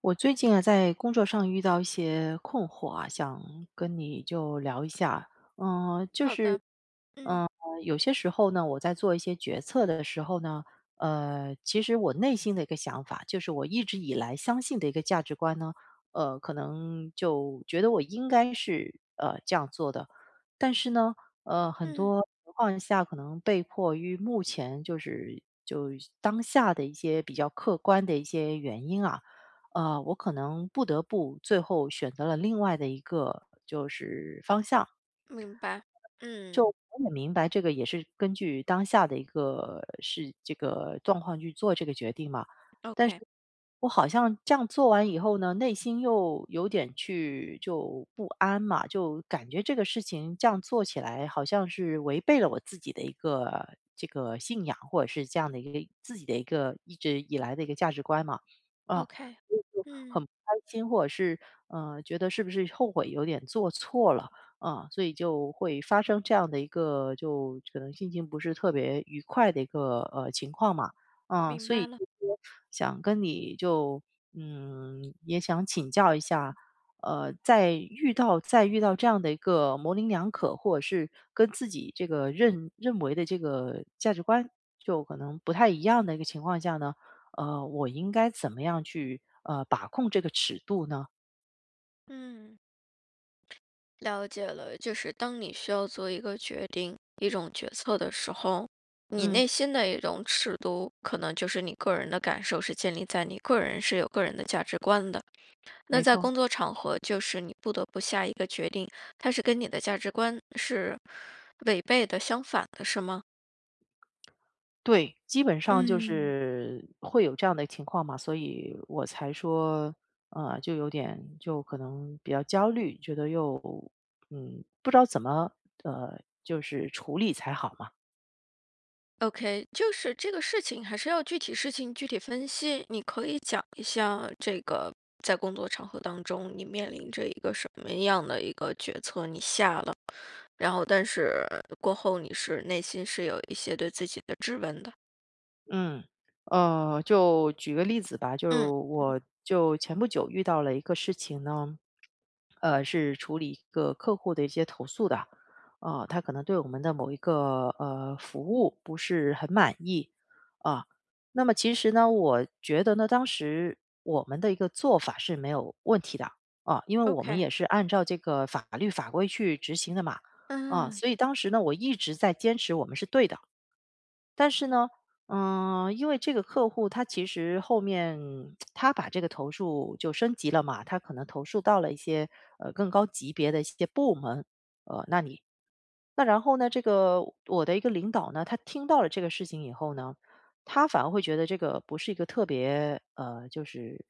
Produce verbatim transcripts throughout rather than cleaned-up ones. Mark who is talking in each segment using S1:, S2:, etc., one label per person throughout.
S1: 我最近啊，在工作上遇到一些困惑啊，想跟你就聊一下。嗯，就
S2: 好
S1: 是，
S2: 的，嗯
S1: 嗯，有些时候呢，我在做一些决策的时候呢，呃，其实我内心的一个想法，就是我一直以来相信的一个价值观呢，呃，可能就觉得我应该是呃这样做的，但是呢，呃，很
S2: 嗯，
S1: 多情况下可能被迫于目前就是就当下的一些比较客观的一些原因啊。呃，我可能不得不最后选择了另外的一个就是方向。
S2: 明白，
S1: 就
S2: 嗯
S1: 我也明白，这个也是根据当下的一个是这个状况去做这个决定嘛。但是
S2: ，OK
S1: 我好像这样做完以后呢，内心又有点去就不安嘛，就感觉这个事情这样做起来好像是违背了我自己的一个这个信仰，或者是这样的一个自己的一个一直以来的一个价值观嘛。啊，
S2: OK，
S1: 所以就很
S2: 嗯，
S1: 不开心，或者是呃，觉得是不是后悔有点做错了。啊，所以就会发生这样的一个就可能心情不是特别愉快的一个，呃，情况嘛。啊，
S2: 明
S1: 所以
S2: 白了，
S1: 就说想跟你就嗯，也想请教一下，呃，在遇到在遇到这样的一个模棱两可，或者是跟自己这个认认为的这个价值观就可能不太一样的一个情况下呢，呃，我应该怎么样去，呃，把控这个尺度呢？
S2: 嗯，了解了。就是当你需要做一个决定、一种决策的时候，你
S1: 嗯，
S2: 内心的一种尺度，可能就是你个人的感受是建立在你个人是有个人的价值观的。那
S1: 没
S2: 在
S1: 错。
S2: 工作场合，就是你不得不下一个决定，它是跟你的价值观是违背的、相反的，是吗？
S1: 对，基本上就
S2: 嗯。
S1: 是会有这样的情况嘛，所以我才说，呃，就有点就可能比较焦虑，觉得又嗯不知道怎么呃就是处理才好嘛。
S2: OK，就是这个事情还是要具体事情具体分析。你可以讲一下这个在工作场合当中，你面临着一个什么样的一个决策，你下了，然后但是过后你是内心是有一些对自己的质问的。
S1: 嗯，呃，就举个例子吧，
S2: 嗯
S1: 就我就前不久遇到了一个事情呢，呃，是处理一个客户的一些投诉的，啊，他可能对我们的某一个呃服务不是很满意啊，那么其实呢，我觉得呢，当时我们的一个做法是没有问题的啊，因为我们也
S2: ，OK，
S1: 是按照这个法律法规去执行的嘛，啊，
S2: 嗯
S1: 所以当时呢，我一直在坚持我们是对的。但是呢，嗯，因为这个客户他其实后面他把这个投诉就升级了嘛，他可能投诉到了一些呃更高级别的一些部门，呃，那你那然后呢，这个我的一个领导呢，他听到了这个事情以后呢，他反而会觉得这个不是一个特别呃，就是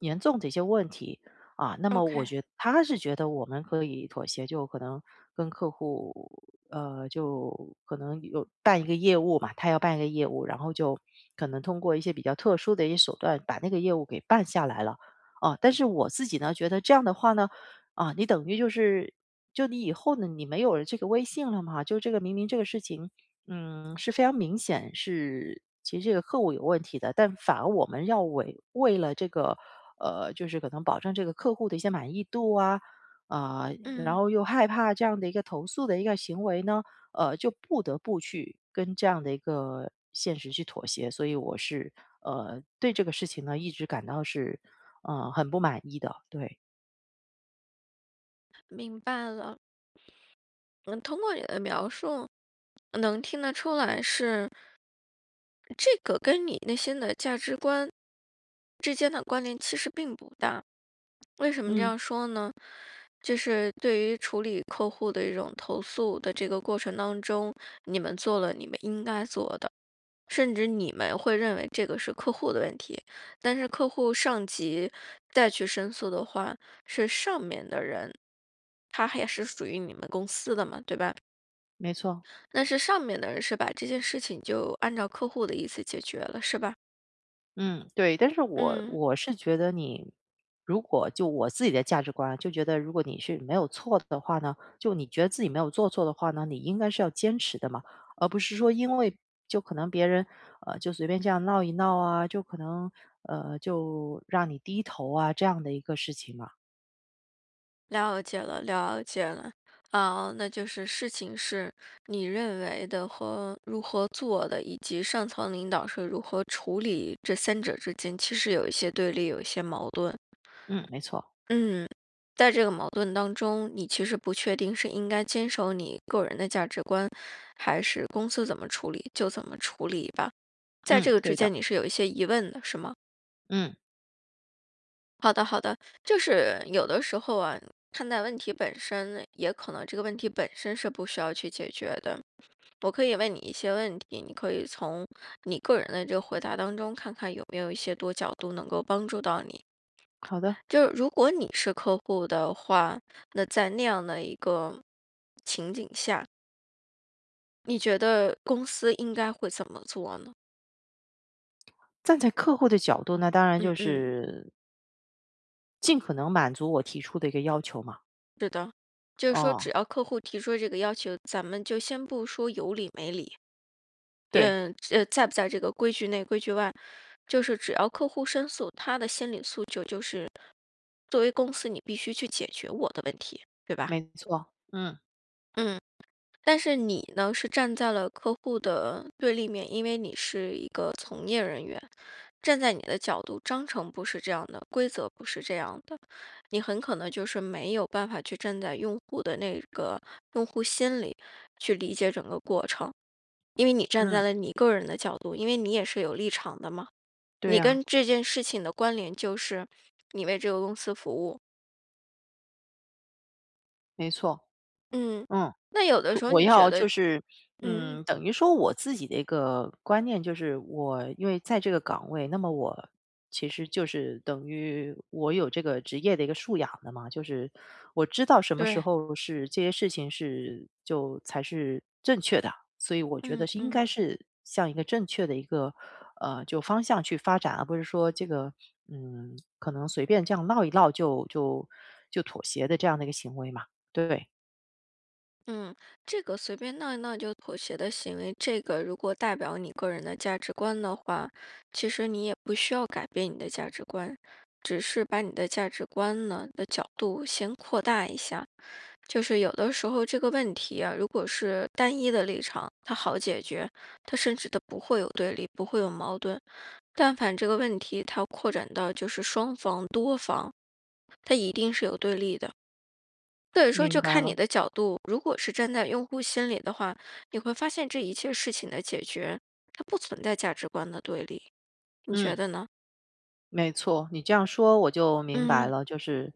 S1: 严重的一些问题啊。那么我
S2: ，OK，
S1: 觉他是觉得我们可以妥协，就可能跟客户呃，就可能有办一个业务嘛，他要办一个业务，然后就可能通过一些比较特殊的一些手段把那个业务给办下来了。啊，但是我自己呢，觉得这样的话呢，啊，你等于就是就你以后呢，你没有了这个微信了嘛，就这个明明这个事情，嗯，是非常明显是其实这个客户有问题的，但反而我们要为为了这个呃，就是可能保证这个客户的一些满意度啊，啊、然
S2: 嗯，
S1: 后又害怕这样的一个投诉的一个行为呢，呃，就不得不去跟这样的一个现实去妥协，所以我是呃对这个事情呢一直感到是呃很不满意的，对，
S2: 明白了。嗯，通过你的描述能听得出来是。这个跟你内心的价值观之间的关联其实并不大。为什么这
S1: 嗯，
S2: 样说呢？就是对于处理客户的一种投诉的这个过程当中，你们做了你们应该做的，甚至你们会认为这个是客户的问题，但是客户上级再去申诉的话，是上面的人，他还是属于你们公司的嘛，对吧？
S1: 没错。
S2: 那是上面的人是把这件事情就按照客户的意思解决了，是吧？
S1: 嗯，对，但是我
S2: 嗯，
S1: 我是觉得你，如果就我自己的价值观啊，就觉得如果你是没有错的话呢，就你觉得自己没有做错的话呢，你应该是要坚持的嘛，而不是说因为就可能别人呃就随便这样闹一闹啊，就可能呃就让你低头啊这样的一个事情嘛。
S2: 了解了，了解了。啊，那就是事情是你认为的和如何做的，以及上层领导是如何处理这三者之间，其实有一些对立，有一些矛盾。
S1: 嗯，没错，
S2: 嗯，在这个矛盾当中，你其实不确定是应该坚守你个人的价值观，还是公司怎么处理就怎么处理吧。在这
S1: 嗯，
S2: 个之
S1: 对的，
S2: 间，你是有一些疑问的，是吗？
S1: 嗯，
S2: 好的，好的，就是有的时候啊，看待问题本身，也可能这个问题本身是不需要去解决的。我可以问你一些问题，你可以从你个人的这个回答当中，看看有没有一些多角度能够帮助到你。
S1: 好的。
S2: 就是如果你是客户的话，那在那样的一个情景下，你觉得公司应该会怎么做呢？
S1: 站在客户的角度那当然
S2: 嗯
S1: 就
S2: 嗯，
S1: 是尽可能满足我提出的一个要求嘛。
S2: 是的，就是说只
S1: 哦，
S2: 要客户提出这个要求，咱们就先不说有理没理。
S1: 对，
S2: 嗯，呃，在不在这个规矩内、规矩外，就是只要客户申诉，他的心理诉求就是，作为公司你必须去解决我的问题，对吧？
S1: 没错，嗯。
S2: 嗯，但是你呢是站在了客户的对立面，因为你是一个从业人员，站在你的角度，章程不是这样的，规则不是这样的，你很可能就是没有办法去站在用户的那个用户心里去理解整个过程。因为你站在
S1: 嗯，
S2: 了你个人的角度，因为你也是有立场的嘛。
S1: 对
S2: 你跟
S1: 呀，
S2: 这件事情的关联就是你为这个公司服务。
S1: 没错，
S2: 嗯，
S1: 嗯。
S2: 那有的
S1: 所
S2: 时候
S1: 我
S2: 你觉
S1: 要就
S2: 得，
S1: 是，
S2: 嗯，
S1: 嗯，等于说我自己的一个观念就是，我因为在这个岗位，那么我其实就是等于我有这个职业的一个素养的嘛，就是我知道什么时
S2: 对，
S1: 候是这些事情是就才是正确的，所以我觉
S2: 嗯
S1: 得是应
S2: 嗯
S1: 该是向一个正确的一个呃就方向去发展，而不是说这个嗯可能随便这样闹一闹就就就妥协的这样的一个行为嘛。对，
S2: 嗯，这个随便闹一闹就妥协的行为，这个如果代表你个人的价值观的话，其实你也不需要改变你的价值观，只是把你的价值观呢的角度先扩大一下。就是有的时候这个问题啊，如果是单一的立场，它好解决，它甚至它不会有对立，不会有矛盾。但凡这个问题它扩展到就是双方、多方，它一定是有对立的。所以说，
S1: 明
S2: 就
S1: 白
S2: 看你
S1: 了，
S2: 的角度。如果是站在用户心里的话，你会发现这一切事情的解决，它不存在价值观的对立。你觉
S1: 嗯。
S2: 得呢？
S1: 没错，你这样说我就明白
S2: 嗯，
S1: 了，就是，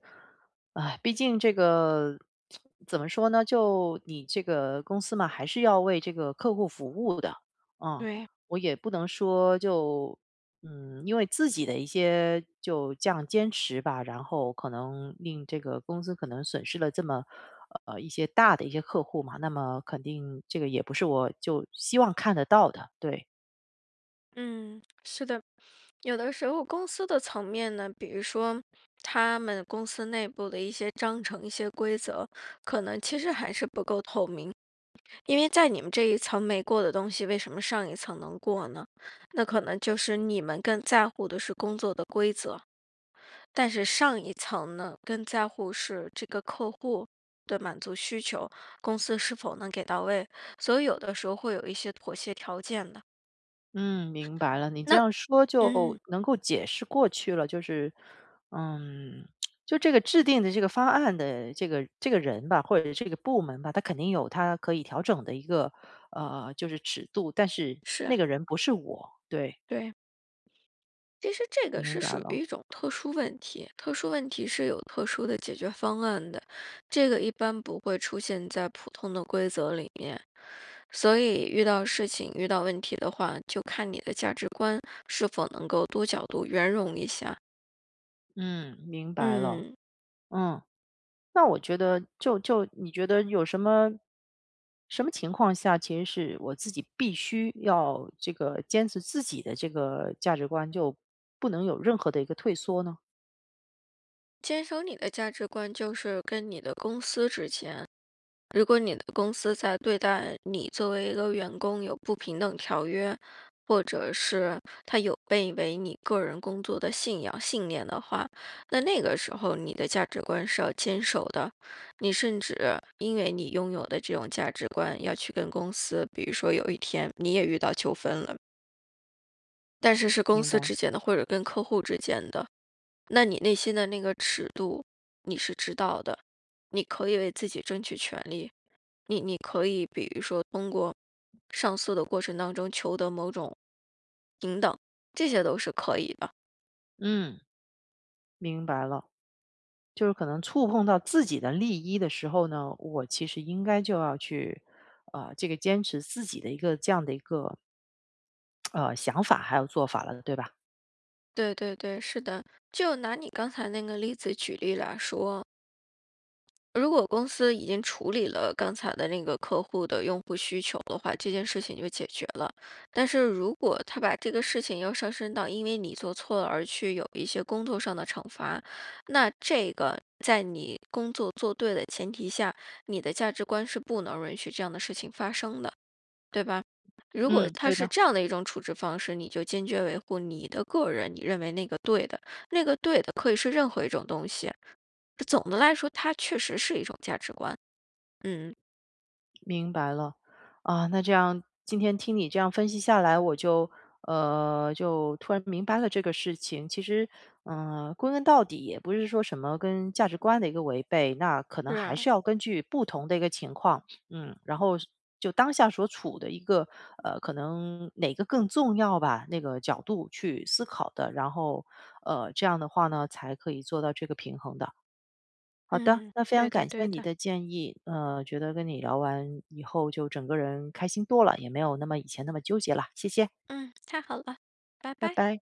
S1: 啊毕竟这个怎么说呢？就你这个公司嘛，还是要为这个客户服务的啊、
S2: 对，
S1: 我也不能说就嗯，因为自己的一些就这样坚持吧，然后可能令这个公司可能损失了这么呃一些大的一些客户嘛，那么肯定这个也不是我就希望看得到的，对。
S2: 嗯，是的，有的时候公司的层面呢，比如说他们公司内部的一些章程、一些规则，可能其实还是不够透明，因为在你们这一层没过的东西，为什么上一层能过呢？那可能就是你们更在乎的是工作的规则，但是上一层呢，更在乎是这个客户。的满足需求，公司是否能给到位？所以有的时候会有一些妥协条件的。
S1: 嗯，明白了。你这
S2: 那
S1: 样说就
S2: 嗯，
S1: 能够解释过去了，就是，嗯，就这个制定的这个方案的这个这个人吧，或者这个部门吧，他肯定有他可以调整的一个呃，就是尺度，但是
S2: 是
S1: 那
S2: 啊
S1: 个人不是我，对，
S2: 对。其实这个
S1: 明
S2: 是
S1: 白
S2: 属
S1: 了，
S2: 于一种特殊问题，特殊问题是有特殊的解决方案的，这个一般不会出现在普通的规则里面。所以遇到事情、遇到问题的话，就看你的价值观是否能够多角度圆融一下。
S1: 嗯，明白了，
S2: 嗯，
S1: 嗯。那我觉得就就你觉得有什么什么情况下，其实是我自己必须要这个坚持自己的这个价值观，就不能有任何的一个退缩呢？
S2: 坚守你的价值观，就是跟你的公司之间如果你的公司在对待你作为一个员工有不平等条约，或者是他有悖违你个人工作的信仰信念的话，那那个时候你的价值观是要坚守的。你甚至因为你拥有的这种价值观，要去跟公司，比如说有一天你也遇到纠纷了，但是是公
S1: 明
S2: 司
S1: 白，
S2: 之间的，或者跟客户之间的。那你内心的那个尺度，你是知道的，你可以为自己争取权利，你你可以比如说通过上诉的过程当中求得某种平等，这些都是可以的。
S1: 嗯，明白了。就是可能触碰到自己的利益的时候呢，我其实应该就要去，呃，这个坚持自己的一个这样的一个呃想法还有做法了，对吧？
S2: 对对对，是的。就拿你刚才那个例子举例来说，如果公司已经处理了刚才的那个客户的用户需求的话，这件事情就解决了。但是如果他把这个事情要上升到因为你做错了而去有一些工作上的惩罚，那这个在你工作做对的前提下，你的价值观是不能允许这样的事情发生的，对吧？如果
S1: 嗯，
S2: 他
S1: 对
S2: 是
S1: 的。
S2: 这样的一种处置方式，你就坚决维护你的个人，你认为那个对的，那个对的可以是任何一种东西。总的来说，它确实是一种价值观。嗯。
S1: 明白了，啊，那这样今天听你这样分析下来，我就呃，就突然明白了这个事情。其实，嗯、归根到底也不是说什么跟价值观的一个违背，那可能还
S2: 是，
S1: 是要根据不同的一个情况，嗯，然后就当下所处的一个呃，可能哪个更重要吧，那个角度去思考的，然后呃，这样的话呢，才可以做到这个平衡的。好的，
S2: 嗯，
S1: 那非
S2: 对
S1: 常
S2: 的
S1: 感谢
S2: 对
S1: 你
S2: 的，
S1: 的建议，呃，觉得跟你聊完以后就整个人开心多了，也没有那么以前那么纠结了，谢谢，
S2: 嗯，太好了，拜
S1: 拜
S2: 拜。
S1: 拜。